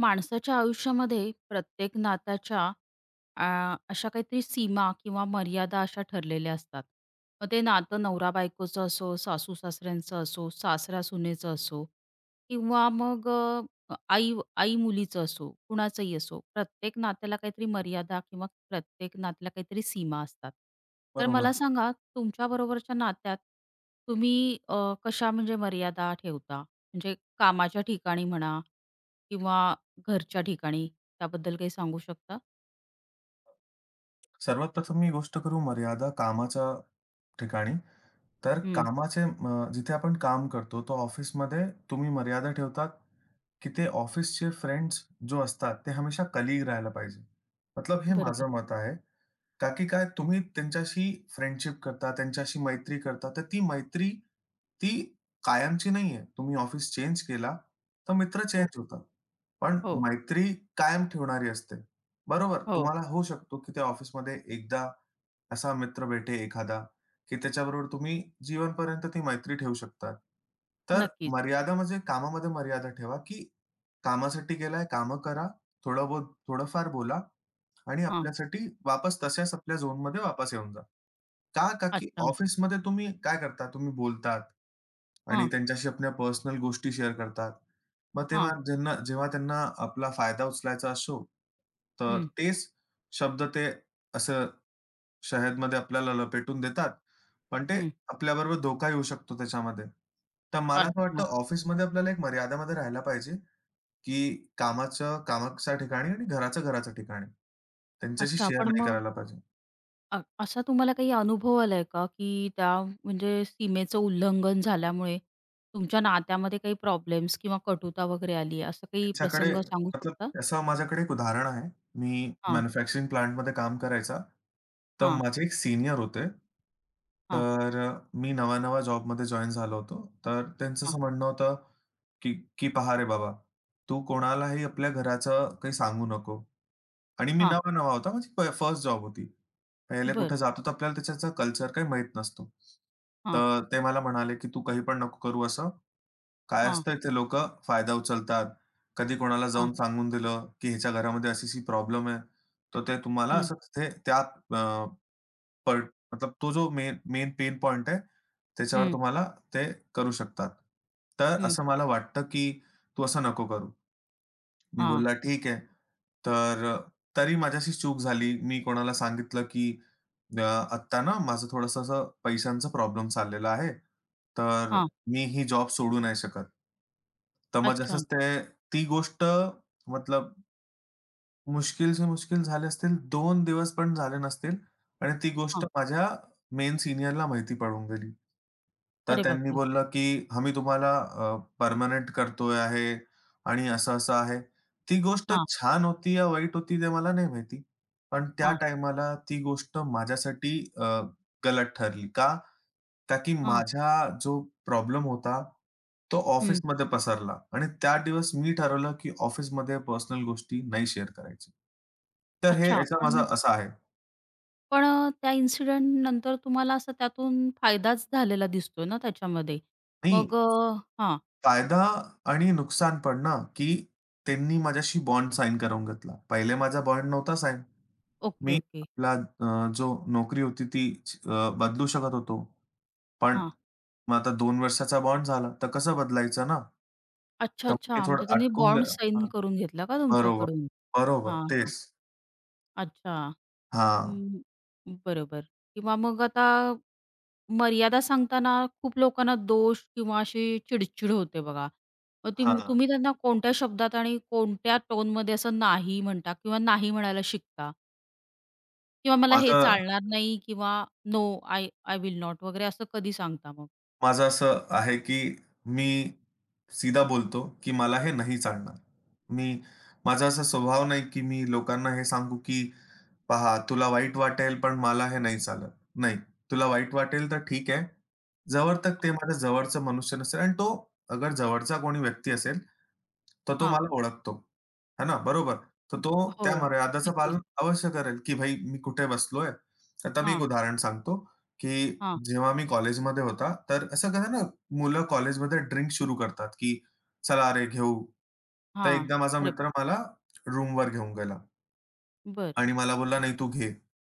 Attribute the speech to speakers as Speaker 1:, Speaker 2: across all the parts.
Speaker 1: माणसाच्या आयुष्यामध्ये प्रत्येक नात्याच्या अशा काहीतरी सीमा किंवा मर्यादा अशा ठरलेल्या असतात. मग ते नातं नवरा बायकोचं असो, सासू सासऱ्यांचं असो, सासरा सुनेचं असो किंवा मग अ, आई आई मुलीचं असो, कुणाचंही असो. प्रत्येक नात्याला काहीतरी मर्यादा किंवा प्रत्येक नात्याला काहीतरी सीमा असतात. तर मला
Speaker 2: बरोबर.
Speaker 1: सांगा तुमच्याबरोबरच्या नात्यात तुम्ही कशा म्हणजे मर्यादा ठेवता? म्हणजे कामाच्या ठिकाणी म्हणा किंवा घरच्या ठिकाणी त्याबद्दल काही सांगू शकता?
Speaker 2: सर्वात प्रथम मी गोष्ट करू मर्यादा कामाच्या ठिकाणी. तर
Speaker 1: हं.
Speaker 2: कामाचे जिथे आपण काम करतो, तो ऑफिसमध्ये तुम्ही मर्यादा ठेवतात, की ते ऑफिसचे फ्रेंड्स जो असतात, ते हमेशा कलीग राहायला पाहिजे. मतलब हे
Speaker 1: बरोबर.
Speaker 2: माझं मत आहे. का की काय तुम्ही त्यांच्याशी फ्रेंडशिप करता, त्यांच्याशी मैत्री करता, तर ती मैत्री ती कायमची नाहीये. तुम्ही ऑफिस चेंज केला, तर मित्र चेंज
Speaker 1: हो,
Speaker 2: होतात. पण
Speaker 1: हो,
Speaker 2: मैत्री कायम ठेवणारी असते. बरोबर,
Speaker 1: हो.
Speaker 2: तुम्हाला होऊ शकतो की त्या ऑफिसमध्ये एकदा असा मित्र भेटे एखादा, की त्याच्याबरोबर तुम्ही जीवनपर्यंत ती मैत्री ठेवू शकता. तर
Speaker 1: नक्कीच.
Speaker 2: मर्यादा म्हणजे कामामध्ये मर्यादा ठेवा, की कामासाठी गेलाय, कामं करा, थोडं बहुत थोडंफार बोला आणि
Speaker 1: हां.
Speaker 2: आपल्यासाठी वापस तशाच आपल्या झोनमध्ये वापस येऊन जा. का? का की
Speaker 1: अच्छा.
Speaker 2: ऑफिसमध्ये तुम्ही काय करता? तुम्ही बोलतात आणि
Speaker 1: हां,
Speaker 2: त्यांच्याशी आपल्या पर्सनल गोष्टी शेअर करतात. मग तेव्हा
Speaker 1: हां.
Speaker 2: जेव्हा त्यांना आपला फायदा उचलायचा असो, तर
Speaker 1: हं,
Speaker 2: तेच शब्द ते असं शहरमध्ये आपल्याला लपेटून देतात, पण ते
Speaker 1: हं.
Speaker 2: आपल्याबरोबर धोका येऊ शकतो त्याच्यामध्ये. तर मला असं
Speaker 1: अच्छा.
Speaker 2: वाटतं ऑफिसमध्ये आपल्याला एक मर्यादामध्ये राहायला पाहिजे, की कामाचं कामाच्या ठिकाणी आणि घराचं घराच्या ठिकाणी. त्यांच्याशी
Speaker 1: अच्छा.
Speaker 2: शेअर
Speaker 1: पण
Speaker 2: नाही
Speaker 1: मग
Speaker 2: करायला पाहिजे.
Speaker 1: अ, असा तुम्हाला काही अनुभव आलाय का, की त्या म्हणजे सीमेचं उल्लंघन झाल्यामुळे तुमच्या नात्यामध्ये काही प्रॉब्लेम्स किंवा कटुता वगैरे आली आहे, काही
Speaker 2: त्यांच्याकडे
Speaker 1: प्रसंग सांगू शकता?
Speaker 2: मतलब असं माझ्याकडे एक उदाहरण आहे. मी
Speaker 1: हां,
Speaker 2: मॅन्युफॅक्चरिंग प्लांटमध्ये काम करायचा. तर
Speaker 1: हां,
Speaker 2: माझे एक सीनियर होते.
Speaker 1: हां,
Speaker 2: तर मी नवा-नवा जॉबमध्ये जॉइन झालो होतो. तर त्यांचं
Speaker 1: हां,
Speaker 2: असं म्हणणं होतं की की "पहा रे बाबा, तू कोणालाही आपल्या घराचं काही सांगू नको." आणि मी
Speaker 1: हां.
Speaker 2: नवा-नवा होता, माझी फर्स्ट जॉब होती. पहिले
Speaker 1: बरं.
Speaker 2: कुठे जातो तर आपल्याला त्याच्याचा कल्चर काही माहीत नसतो.
Speaker 1: हां,
Speaker 2: तर ते मला म्हणाले, की "तू काही पण नको करू असं. काय
Speaker 1: हां,
Speaker 2: असतं इथे लोकं फायदा उचलतात. कधी कोणाला
Speaker 1: हां.
Speaker 2: जाऊन सांगून दिलं, की ह्याच्या घरामध्ये अशी-अशी प्रॉब्लेम आहे, तर ते तुम्हाला
Speaker 1: हं,
Speaker 2: असं तिथे त्या पॉइंट मतलब तो जो मेन मेन पेन पॉइंट आहे, त्याच्यावर
Speaker 1: हं,
Speaker 2: तुम्हाला ते करू शकतात. तर
Speaker 1: हं.
Speaker 2: असं मला वाटतं, की तू असं नको करू." मी
Speaker 1: हां,
Speaker 2: बोलला, "ठीक आहे." तर तरी माझ्याशी चूक झाली. मी कोणाला सांगितलं, की "आत्ता ना माझं थोडंसं असं पैशांचा प्रॉब्लेम चाललेला आहे, तर
Speaker 1: हां.
Speaker 2: मी ही जॉब सोडू नाही शकत." तर मग
Speaker 1: अच्छा.
Speaker 2: जसंच ते ती गोष्ट मतलब मुश्किल से मुश्किल झाले असतील, 2 दिवस पण झाले नसतील आणि ती गोष्ट
Speaker 1: हां.
Speaker 2: माझ्या मेन सीनियरला माहिती पडून गेली. तर
Speaker 1: अरे
Speaker 2: त्यांनी
Speaker 1: बापरे!
Speaker 2: बोललं, की "आम्ही तुम्हाला पर्मनंट करतोय आहे आणि असं-असं आहे." ती गोष्ट छान होती या वाईट होती ते मला नाही माहिती. पण त्या
Speaker 1: हां,
Speaker 2: टाईमाला ती गोष्ट माझ्यासाठी गलत ठरली. का? ताकी
Speaker 1: हां.
Speaker 2: माझा जो प्रॉब्लेम होता, तो
Speaker 1: हं.
Speaker 2: ऑफिसमध्ये पसरला आणि त्या दिवस मी ठरवलं, की ऑफिसमध्ये पर्सनल गोष्टी नाही शेअर करायची. तर हे
Speaker 1: अच्छा.
Speaker 2: याचा माझा
Speaker 1: पण
Speaker 2: असा आहे.
Speaker 1: पण त्या इन्सिडेंटनंतर तुम्हाला असा त्यातून फायदाच झालेला दिसतोय ना त्याच्यामध्ये.
Speaker 2: नाही,
Speaker 1: मग हां.
Speaker 2: फायदा आणि नुकसान पण ना, की त्यांनी माझ्याशी बॉन्ड साइन करून घेतला. पहिले माझा बॉन्ड नव्हता साइन. मी
Speaker 1: ओके, ओके.
Speaker 2: आपला जो नोकरी होती ती बदलू शकत होतो. पण
Speaker 1: हां.
Speaker 2: मग आता 2 वर्षाचा बॉन्ड झाला, तर कसं बदलायचं ना?
Speaker 1: अच्छा,
Speaker 2: तर
Speaker 1: अच्छा.
Speaker 2: मी थोडं
Speaker 1: म्हणजे त्यांनी
Speaker 2: अटकून गे
Speaker 1: बॉन्ड साइन करून घेतला का
Speaker 2: बरोबर,
Speaker 1: तुमच्याकडून?
Speaker 2: बरोबर.
Speaker 1: हां, हां.
Speaker 2: तेच.
Speaker 1: अच्छा.
Speaker 2: हां,
Speaker 1: हं, बरोबर. किंवा मग आता मर्यादा सांगताना खूप लोकांना दोष किंवा अशी चिडचिड होते बघा. मग ती
Speaker 2: हां.
Speaker 1: तुम्ही त्यांना कोणत्या शब्दात आणि कोणत्या टोनमध्ये असं नाही म्हणता किंवा नाही म्हणायला शिकता? किंवा मला हे
Speaker 2: माझं
Speaker 1: चालणार नाही किंवा no I I will not वगैरे असं कधी सांगता मग?
Speaker 2: माझं असं आहे, की मी सीधा बोलतो, की मला हे नाही चालणार. मी माझा असा स्वभाव नाही, की मी लोकांना हे सांगू, की "पहा, तुला वाईट वाटेल, पण मला हे नाही चालत." नाही, तुला वाईट वाटेल तर ठीक आहे. जवळ तक ते
Speaker 1: हां,
Speaker 2: माझ्या जवळचा मनुष्य नसेल आणि तो अगर जवळचा कोणी व्यक्ती असेल, तर तो
Speaker 1: हां.
Speaker 2: मला ओळखतो. है ना? बरोबर. तर तो
Speaker 1: हो,
Speaker 2: त्या मर्यादेचं
Speaker 1: नक्कीच.
Speaker 2: पालन अवश्य करेल, की भाई मी कुठे बसलोय. आता मी एक
Speaker 1: हां,
Speaker 2: उदाहरण सांगतो. की
Speaker 1: हां,
Speaker 2: जेव्हा मी कॉलेजमध्ये होता, तर असं कसं ना, मुलं कॉलेजमध्ये ड्रिंक सुरू करतात, की "चला रे घेऊ." तर
Speaker 1: हां.
Speaker 2: एकदा माझा मित्र
Speaker 1: बरोबर.
Speaker 2: मला रूमवर घेऊन गेला
Speaker 1: बर,
Speaker 2: आणि मला बोलला, "नाही तू घे."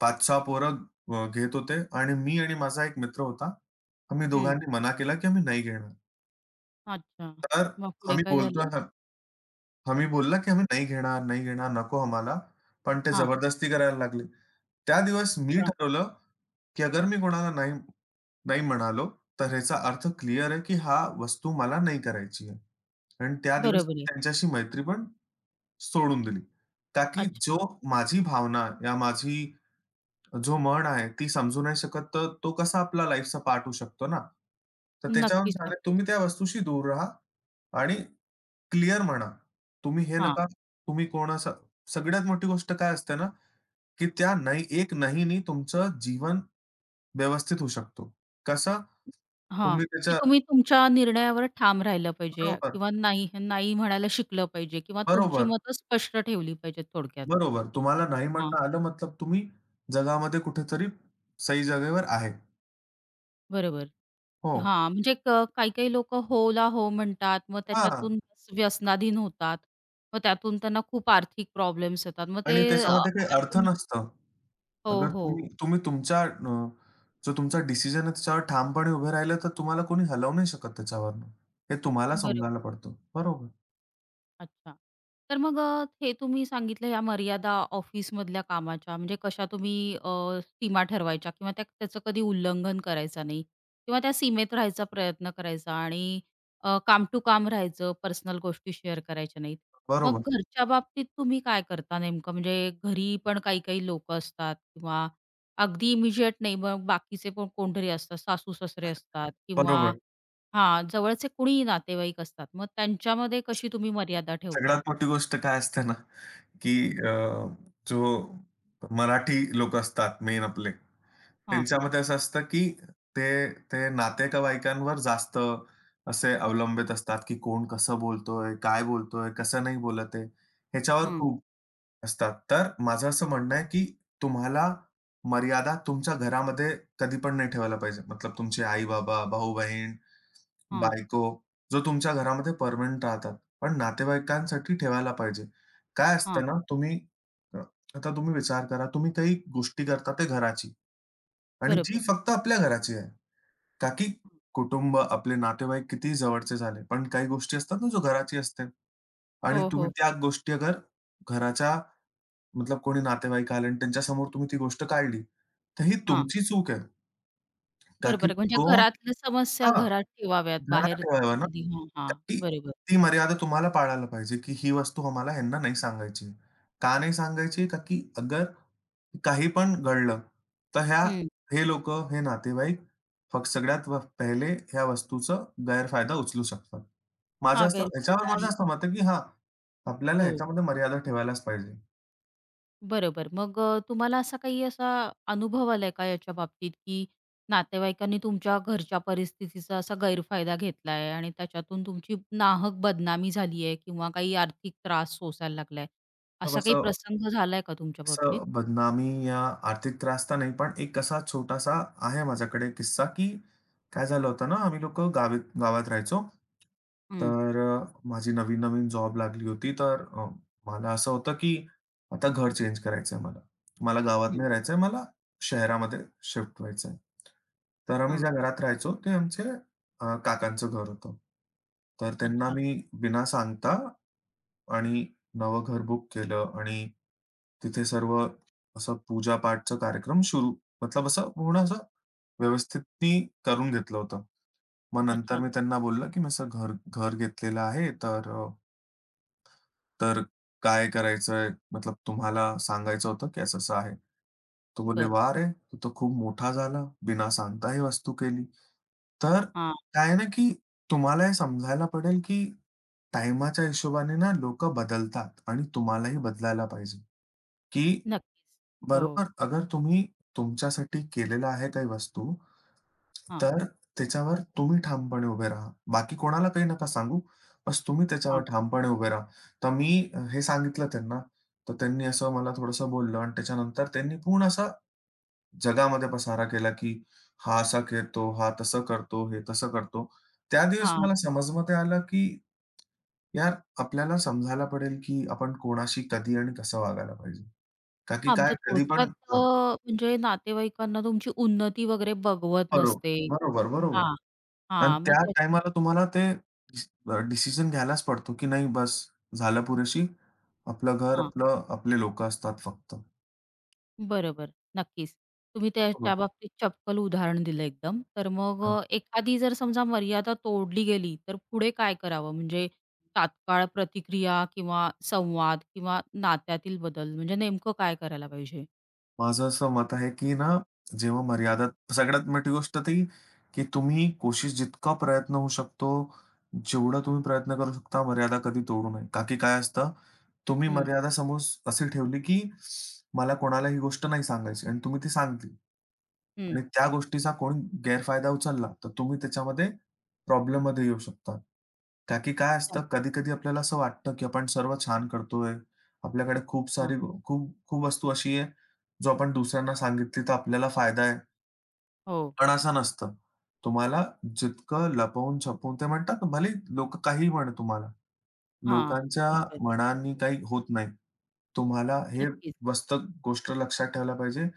Speaker 2: 5-6 पोरं घेत होते आणि मी आणि माझा एक मित्र होता. आम्ही
Speaker 1: हं.
Speaker 2: दोघांनी मना केला, की आम्ही नाही घेणार.
Speaker 1: अच्छा.
Speaker 2: तर
Speaker 1: मग पुढे
Speaker 2: आम्ही
Speaker 1: काय
Speaker 2: बोलतोय
Speaker 1: झालं?
Speaker 2: हं, आम्ही बोलला, की "आम्ही नाही घेणार, नाही घेणार, नको आम्हाला." पण ते
Speaker 1: हां.
Speaker 2: जबरदस्ती करायला लागले. त्या दिवस मी
Speaker 1: अच्छा.
Speaker 2: ठरवलं, की अगर मी कोणाला नाही नाही म्हणालो, तर ह्याचा अर्थ क्लिअर आहे, की हा वस्तू मला नाही करायची आहे. आणि त्या दिवस
Speaker 1: बरोबर
Speaker 2: मी
Speaker 1: आहे.
Speaker 2: त्यांच्याशी मैत्री पण सोडून दिली. का जो
Speaker 1: अच्छा.
Speaker 2: माझी भावना या माझी जो मन आहे ती समजू नाही शकत, तर तो कसा आपला लाईफचा पार्ट होऊ शकतो ना. तर त्याच्यावरून
Speaker 1: नक्कीच,
Speaker 2: सांगितलं,
Speaker 1: नक्कीच.
Speaker 2: "तुम्ही त्या वस्तूशी दूर राहा आणि क्लिअर म्हणा. तुम्ही हे
Speaker 1: हां,
Speaker 2: नका, तुम्ही कोण असा." सगळ्यात मोठी गोष्ट काय असते ना, की त्या नाही एक नाहीनी तुमचं जीवन व्यवस्थित होऊ शकतो. कसं?
Speaker 1: हां.
Speaker 2: तुम्ही
Speaker 1: की
Speaker 2: त्याच्या
Speaker 1: तुम्ही तुमच्या निर्णयावर ठाम राहिलं पाहिजे
Speaker 2: बरोबर,
Speaker 1: किंवा नाही, नाही म्हणायला शिकलं पाहिजे किंवा तुमची
Speaker 2: बरोबर,
Speaker 1: मतं स्पष्ट ठेवली पाहिजेत थोडक्यात.
Speaker 2: बरोबर. तुम्हाला नाही
Speaker 1: हां,
Speaker 2: म्हणता आलं मतलब तुम्ही जगामध्ये कुठेतरी सही जागेवर आहे.
Speaker 1: बरोबर.
Speaker 2: हो.
Speaker 1: हां, म्हणजे काही-काही लोकं हो ला हो म्हणतात. मग
Speaker 2: हां.
Speaker 1: त्याच्यातून व्यसनाधीन होतात. मग त्यातून त्यांना खूप आर्थिक प्रॉब्लेम्स येतात. मग ते
Speaker 2: आणि त्याच्यामध्ये काही अर्थ
Speaker 1: अल्टिमेट
Speaker 2: नसतं.
Speaker 1: हो,
Speaker 2: अगर
Speaker 1: हो.
Speaker 2: तुम्ही तुम्ही तुमच्या जो तुमचा डिसिजन आहे त्याच्यावर ठामपणे उभे राहिलं तर तुम्हाला कोणी हलवू नाही शकत त्याच्यावरनं. हे तुम्हाला समजायला पडतं. बरोबर,
Speaker 1: अच्छा. तर मग हे तुम्ही सांगितलं ह्या मर्यादा ऑफिसमधल्या कामाच्या म्हणजे कशा तुम्ही अ, सीमा ठरवायच्या किंवा त्याचं कधी उल्लंघन करायचं नाही किंवा त्या सीमेत राहायचा प्रयत्न करायचा आणि काम टू काम राहायचं, पर्सनल गोष्टी शेअर करायच्या नाहीत. मग
Speaker 2: बरोबर.
Speaker 1: घरच्या बाबतीत तुम्ही काय करता नेमकं? म्हणजे घरी पण काही-काही लोकं असतात किंवा अगदी इमिजिएट नाही, मग बाकीचे पण कोणतरी असतात, सासू-सासरे असतात किंवा
Speaker 2: बरोबर.
Speaker 1: हां, जवळचे कुणीही नातेवाईक असतात. मग त्यांच्यामध्ये कशी तुम्ही मर्यादा
Speaker 2: सगळ्यात
Speaker 1: ठेवता?
Speaker 2: मोठी गोष्ट काय असते ना, की
Speaker 1: हं.
Speaker 2: अ, जो मराठी लोक असतात मेन आपले,
Speaker 1: हां,
Speaker 2: त्यांच्यामध्ये असं असतं की ते ते नातेवाईकांवर जास्त असे अवलंबित असतात, की कोण कसं बोलतोय, काय बोलतोय, कसं नाही बोलत आहे, ह्याच्यावर
Speaker 1: हां,
Speaker 2: खूप असतात. तर माझं असं म्हणणं आहे, की तुम्हाला मर्यादा तुमच्या घरामध्ये कधी पण नाही ठेवायला पाहिजे. मतलब तुमचे आई-बाबा, भाऊ-बहीण,
Speaker 1: हां,
Speaker 2: बायको, जो तुमच्या घरामध्ये पर्मनंट राहतात, पण नातेवाईकांसाठी ठेवायला पाहिजे. काय
Speaker 1: हां.
Speaker 2: असतं ना, अ, आता तुम्ही विचार करा, तुम्ही काही गोष्टी करता ते घराची आणि जी
Speaker 1: बरोबर.
Speaker 2: फक्त आपल्या घराची आहे. का की कुटुंब, आपले नातेवाईक किती जवळचे झाले, पण काही गोष्टी असतात ना, जो घराची असते आणि
Speaker 1: हो, हो,
Speaker 2: तुम्ही
Speaker 1: हो.
Speaker 2: त्या गोष्टी अगर घराच्या मतलब कोणी नातेवाईक आले आणि त्यांच्यासमोर तुम्ही ती गोष्ट काढली, तर ही
Speaker 1: हां,
Speaker 2: तुमची चूक आहे. का की
Speaker 1: बरोबर. म्हणजे
Speaker 2: तो
Speaker 1: घरातल्या समस्या
Speaker 2: हां.
Speaker 1: घरात ठेवाव्यात,
Speaker 2: घरात
Speaker 1: बाहेरचं
Speaker 2: ठेवावा ना,
Speaker 1: कधी हां,
Speaker 2: तर
Speaker 1: हां.
Speaker 2: ती
Speaker 1: बरोबर.
Speaker 2: ती मर्यादा तुम्हाला पाळायला पाहिजे, की ही वस्तू आम्हाला ह्यांना नाही सांगायची. का नाही सांगायची? का की अगर काही पण घडलं, तर ह्या
Speaker 1: हं.
Speaker 2: हे लोकं, हे नातेवाईक फक्त सगळ्यात व पहिले ह्या वस्तूचा गैरफायदा उचलू शकतात.
Speaker 1: हा गैरफायदा
Speaker 2: माझं
Speaker 1: आणि
Speaker 2: असं मत की हां, आपल्याला
Speaker 1: हो.
Speaker 2: ह्याच्यामध्ये मर्यादा ठेवायलाच पाहिजे.
Speaker 1: बरोबर. मग तुम्हाला असा काही असा अनुभव आलाय का याच्या बाबतीत, की नातेवाईकांनी तुमच्या घरच्या परिस्थितीचा असा गैरफायदा घेतलाय आणि त्याच्यातून तुमची नाहक बदनामी झाली आहे किंवा काही आर्थिक त्रास सोसायला लागलाय?
Speaker 2: तर
Speaker 1: असा काही
Speaker 2: असं
Speaker 1: प्रसंग झालाय का तुमच्या बाबतीत?
Speaker 2: असं बदनामी या आर्थिक त्रास तर नाही, पण एक असा छोटासा आहे माझ्याकडे किस्सा, की काय झालं होतं ना, आम्ही लोक गावी गावात राहायचो.
Speaker 1: हं.
Speaker 2: तर माझी नवीन-नवीन जॉब लागली होती. तर मला असं होतं, की आता घर चेंज करायचं आहे मला. मला गावात
Speaker 1: हं.
Speaker 2: नाही राहायचं आहे, मला शहरामध्ये शिफ्ट व्हायचं. तर आम्ही
Speaker 1: हां.
Speaker 2: ज्या घरात राहायचो, ते आमचे काकांचं घर होतं. तर त्यांना
Speaker 1: अच्छा,
Speaker 2: मी बिना सांगता आणि नवं घर बुक केलं आणि तिथे सर्व असं पूजा-पाठचा कार्यक्रम सुरू मतलब असं पूर्ण असं व्यवस्थित मी करून घेतलं होतं. मग
Speaker 1: अच्छा.
Speaker 2: नंतर मी त्यांना बोललं, की मी असं घर घर घेतलेलं आहे, तर तर काय करायचंय? मतलब तुम्हाला सांगायचं होतं की असं-असं आहे. तो बोलले,
Speaker 1: बरं.
Speaker 2: "वाह रे! तू तर खूप मोठा झाला. बिना सांगता ही वस्तू केली." तर
Speaker 1: हां.
Speaker 2: काय आहे ना, की तुम्हाला हे समजायला पडेल की टाईमाच्या हिशोबाने ना लोकं बदलतात आणि तुम्हालाही बदलायला पाहिजे, की
Speaker 1: नक्कीच. हो.
Speaker 2: बरोबर. अगर तुम्ही तुमच्यासाठी केलेलं आहे काही वस्तू,
Speaker 1: हां,
Speaker 2: तर त्याच्यावर तुम्ही ठामपणे उभे राहा. बाकी कोणाला काही नका सांगू. बस तुम्ही
Speaker 1: हां,
Speaker 2: त्याच्यावर ठामपणे उभे राहा. तर मी हे सांगितलं त्यांना, तर त्यांनी असं मला थोडंसं बोललं आणि त्याच्यानंतर त्यांनी पूर्ण असा जगामध्ये पसारा केला, की हा असा करतो, हा तसं करतो, हे तसं करतो. त्या दिवस
Speaker 1: हां.
Speaker 2: मला समजमध्ये आलं, की यार आपल्याला समजायला पडेल, की आपण कोणाशी कधी आणि कसं वागायला पाहिजे. का की
Speaker 1: हां,
Speaker 2: काय
Speaker 1: म्हणजे
Speaker 2: कधी
Speaker 1: थोडक्यात
Speaker 2: पण
Speaker 1: अ,
Speaker 2: हां.
Speaker 1: म्हणजे नातेवाईकांना तुमची उन्नती वगैरे बघवत
Speaker 2: बरोबर,
Speaker 1: नसते.
Speaker 2: बरोबर, बरोबर.
Speaker 1: हां,
Speaker 2: आणि
Speaker 1: हां. मग
Speaker 2: त्या
Speaker 1: त्याच्या
Speaker 2: टाईमाला तुम्हाला ते डिस डिसिजन घ्यायलाच पडतो, की नाही बस झालं पुरेशी. आपलं घर, आपलं आपले लोकं असतात फक्त.
Speaker 1: बरोबर, नक्कीच. तुम्ही त्या
Speaker 2: बरोबर.
Speaker 1: त्याबाबतीत चपकल उदाहरण दिलं एकदम. तर मग
Speaker 2: हां.
Speaker 1: एखादी जर समजा मर्यादा तोडली गेली, तर पुढे काय करावं? म्हणजे तात्काळ प्रतिक्रिया किंवा संवाद किंवा नात्यातील बदल, म्हणजे नेमकं काय करायला पाहिजे?
Speaker 2: माझं असं मत आहे, की ना जेव्हा मर्यादा सगळ्यात मोठी गोष्ट ती, की तुम्ही कोशिश जितका प्रयत्न होऊ शकतो, जेवढा तुम्ही प्रयत्न करू शकता मर्यादा कधी तोडू नये. का की काय असतं, तुम्ही
Speaker 1: हं,
Speaker 2: मर्यादा समोर अशी ठेवली, की मला कोणाला ही गोष्ट नाही सांगायची आणि तुम्ही ती सांगितली.
Speaker 1: हं.
Speaker 2: आणि त्या गोष्टीचा कोणी गैरफायदा उचलला, तर तुम्ही त्याच्यामध्ये प्रॉब्लेममध्ये येऊ शकता. का की काय
Speaker 1: हां,
Speaker 2: असतं कधी-कधी आपल्याला असं वाटतं, की आपण सर्व छान करतोय. आपल्याकडे खूप
Speaker 1: हां.
Speaker 2: सारी खूप खूप वस्तू अशी आहे, जो आपण दुसऱ्यांना सांगितली तर आपल्याला फायदा आहे.
Speaker 1: हो,
Speaker 2: पण असं नसतं. तुम्हाला जितकं लपवून-छपवून ते म्हणतात ना, भले लोकं काहीही म्हणा तुम्हाला.
Speaker 1: हां,
Speaker 2: लोकांच्या
Speaker 1: बरोबर.
Speaker 2: मनांनी काही होत नाही. तुम्हाला हे
Speaker 1: नक्कीच.
Speaker 2: मस्त गोष्ट लक्षात ठेवायला पाहिजे,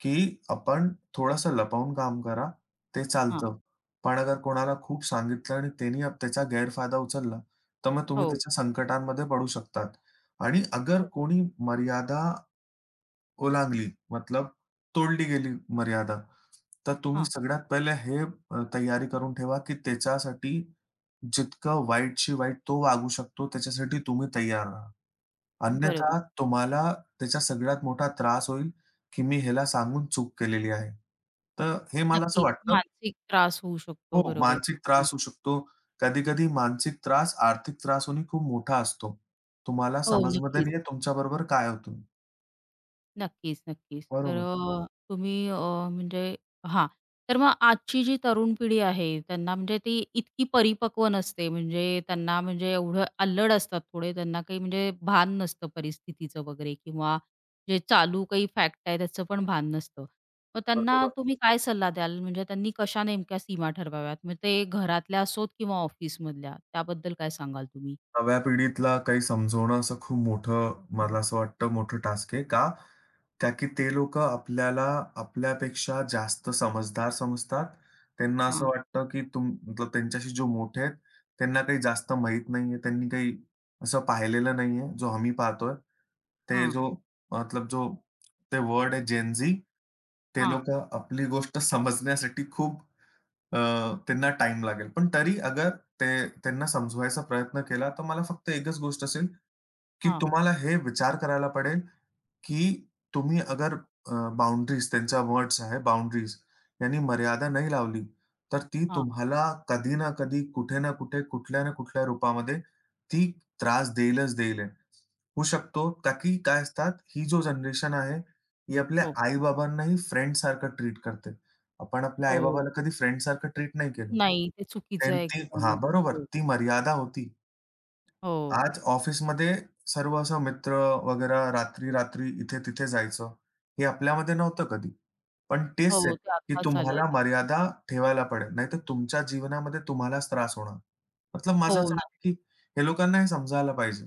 Speaker 2: की आपण थोडंसं लपवून काम करा, ते
Speaker 1: हां,
Speaker 2: चालतं. पण अगर कोणाला खूप सांगितलं आणि त्यांनी त्याचा गैरफायदा उचलला, तर मग तुम्ही
Speaker 1: हो,
Speaker 2: त्याच्या संकटांमध्ये पडू शकतात. आणि अगर
Speaker 1: हो.
Speaker 2: कोणी मर्यादा ओलांडली, मतलब तोडली गेली मर्यादा, तर तुम्ही
Speaker 1: हां,
Speaker 2: सगळ्यात पहिले हे तयारी करून ठेवा, की त्याच्यासाठी जितकं वाईटशी वाईट तो वागू शकतो, त्याच्यासाठी तुम्ही तयार राहा.
Speaker 1: बरोबर.
Speaker 2: अन्यथा तुम्हाला त्याचा सगळ्यात मोठा त्रास होईल, की मी ह्याला सांगून चूक केलेली आहे. तर हे मला असं
Speaker 1: नक्कीच,
Speaker 2: वाटतं.
Speaker 1: मानसिक त्रास होऊ
Speaker 2: हो,
Speaker 1: शकतो. बरोबर.
Speaker 2: मानसिक
Speaker 1: हं,
Speaker 2: त्रास होऊ शकतो. कधी-कधी मानसिक त्रास, आर्थिक त्रास होणे खूप मोठा असतो. तुम्हाला
Speaker 1: हो,
Speaker 2: समजमध्ये
Speaker 1: नक्कीच.
Speaker 2: नाहीये तुमच्याबरोबर काय होतं.
Speaker 1: नक्कीच, नक्कीच. तर
Speaker 2: बरोबर.
Speaker 1: तुम्ही म्हणजे हां. तर मग आजची जी तरुण पिढी आहे, त्यांना म्हणजे ती इतकी परिपक्व नसते. म्हणजे त्यांना म्हणजे एवढं अल्लड असतात थोडे. त्यांना काही म्हणजे भान नसतं परिस्थितीचं वगैरे किंवा जे चालू काही फॅक्ट आहे त्याचं पण भान नसतं. मग त्यांना
Speaker 2: बरोबर.
Speaker 1: तुम्ही काय सल्ला द्याल? म्हणजे त्यांनी कशा नेमक्या सीमा ठरवाव्यात? मग ते घरातल्या असोत किंवा ऑफिसमधल्या, त्याबद्दल काय सांगाल तुम्ही?
Speaker 2: नव्या पिढीतला काही समजवणं असं खूप मोठं मला असं वाटतं मोठं टास्क आहे. का? का की ते लोकं आपल्याला आपल्यापेक्षा जास्त समजदार समजतात. त्यांना असं
Speaker 1: हां,
Speaker 2: वाटतं, की तुम मतलब त्यांच्याशी जो मोठे आहेत, त्यांना काही जास्त माहीत नाहीये. त्यांनी काही असं पाहिलेलं नाहीये, जो आम्ही पाहतोय. ते
Speaker 1: हां,
Speaker 2: जो मतलब जो ते वर्ड आहे जेन-झी, ते
Speaker 1: हां,
Speaker 2: लोकं आपली गोष्ट समजण्यासाठी खूप अ, त्यांना टाईम लागेल. पण तरी अगर ते त्यांना समजवायचा प्रयत्न केला, तर मला फक्त एकच गोष्ट असेल, की
Speaker 1: हां,
Speaker 2: तुम्हाला हे विचार करायला पडेल, की तुम्ही अगर अ, त्यांचा वर्ड्स आहे बाउंडरीज, यांनी मर्यादा नाही लावली, तर ती
Speaker 1: हां.
Speaker 2: तुम्हाला कधी ना कधी, कुठे ना कुठे, कुठल्या ना कुठल्या रूपामध्ये ती त्रास देईलच देईल आहे. होऊ शकतो का की काय असतात, ही जो जनरेशन आहे, ही आपल्या
Speaker 1: हो,
Speaker 2: आई-बाबांनाही फ्रेंडसारखं ट्रीट करते. आपण आपल्या
Speaker 1: हो.
Speaker 2: आई-बाबाला कधी फ्रेंडसारखं ट्रीट नाही केलं.
Speaker 1: नाही, ते चुकीचं आहे
Speaker 2: त्यांची हां,
Speaker 1: एकदमच.
Speaker 2: बरोबर. ती मर्यादा होती.
Speaker 1: हो,
Speaker 2: आज ऑफिसमध्ये सर्व असं मित्र वगैरे रात्री-रात्री, इथे-तिथे जायचं, हे आपल्यामध्ये नव्हतं कधी. पण
Speaker 1: हो,
Speaker 2: तेच आहे,
Speaker 1: हो, ते
Speaker 2: की
Speaker 1: आत्ताच आलंय
Speaker 2: तुम्हाला
Speaker 1: ते.
Speaker 2: मर्यादा ठेवायला पडेल, नाहीतर तुमच्या जीवनामध्ये तुम्हालाच त्रास होणार. मतलब
Speaker 1: हो,
Speaker 2: माझं असं
Speaker 1: नक्कीच.
Speaker 2: आहे, की लोकांना हे समजायला पाहिजे.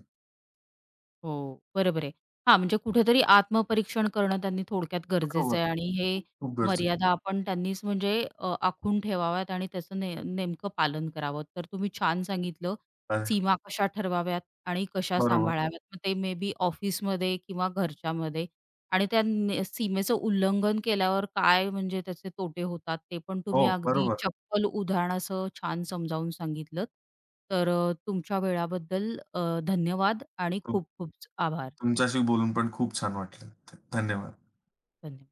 Speaker 1: हो, बरोबर आहे. हां, म्हणजे कुठेतरी आत्मपरीक्षण करणं त्यांनी थोडक्यात गरजेचं
Speaker 2: बरोबर.
Speaker 1: आहे आणि हे
Speaker 2: खूप खूप गरजेचं
Speaker 1: मर्यादा आपण त्यांनीच म्हणजे आखून ठेवाव्यात आणि त्याचं नेमकं पालन करावं. तर तुम्ही छान सांगितलं,
Speaker 2: आहे.
Speaker 1: सीमा कशा ठरवाव्यात आणि कशा
Speaker 2: बरोबर.
Speaker 1: सांभाळाव्यात. मग ते मे बी ऑफिसमध्ये किंवा घरच्यामध्ये आणि त्या सीमेचं उल्लंघन केल्यावर काय म्हणजे त्याचे तोटे होतात, ते पण
Speaker 2: हो,
Speaker 1: तुम्ही अगदी
Speaker 2: बरोबर.
Speaker 1: चप्पल उदाहरण असं छान समजावून सांगितलंत. तर तुमच्या वेळाबद्दल धन्यवाद आणि
Speaker 2: तुम
Speaker 1: खूप खूप आभार.
Speaker 2: तुमच्याशी बोलून पण खूप छान वाटलं. धन्यवाद.
Speaker 1: धन्यवाद.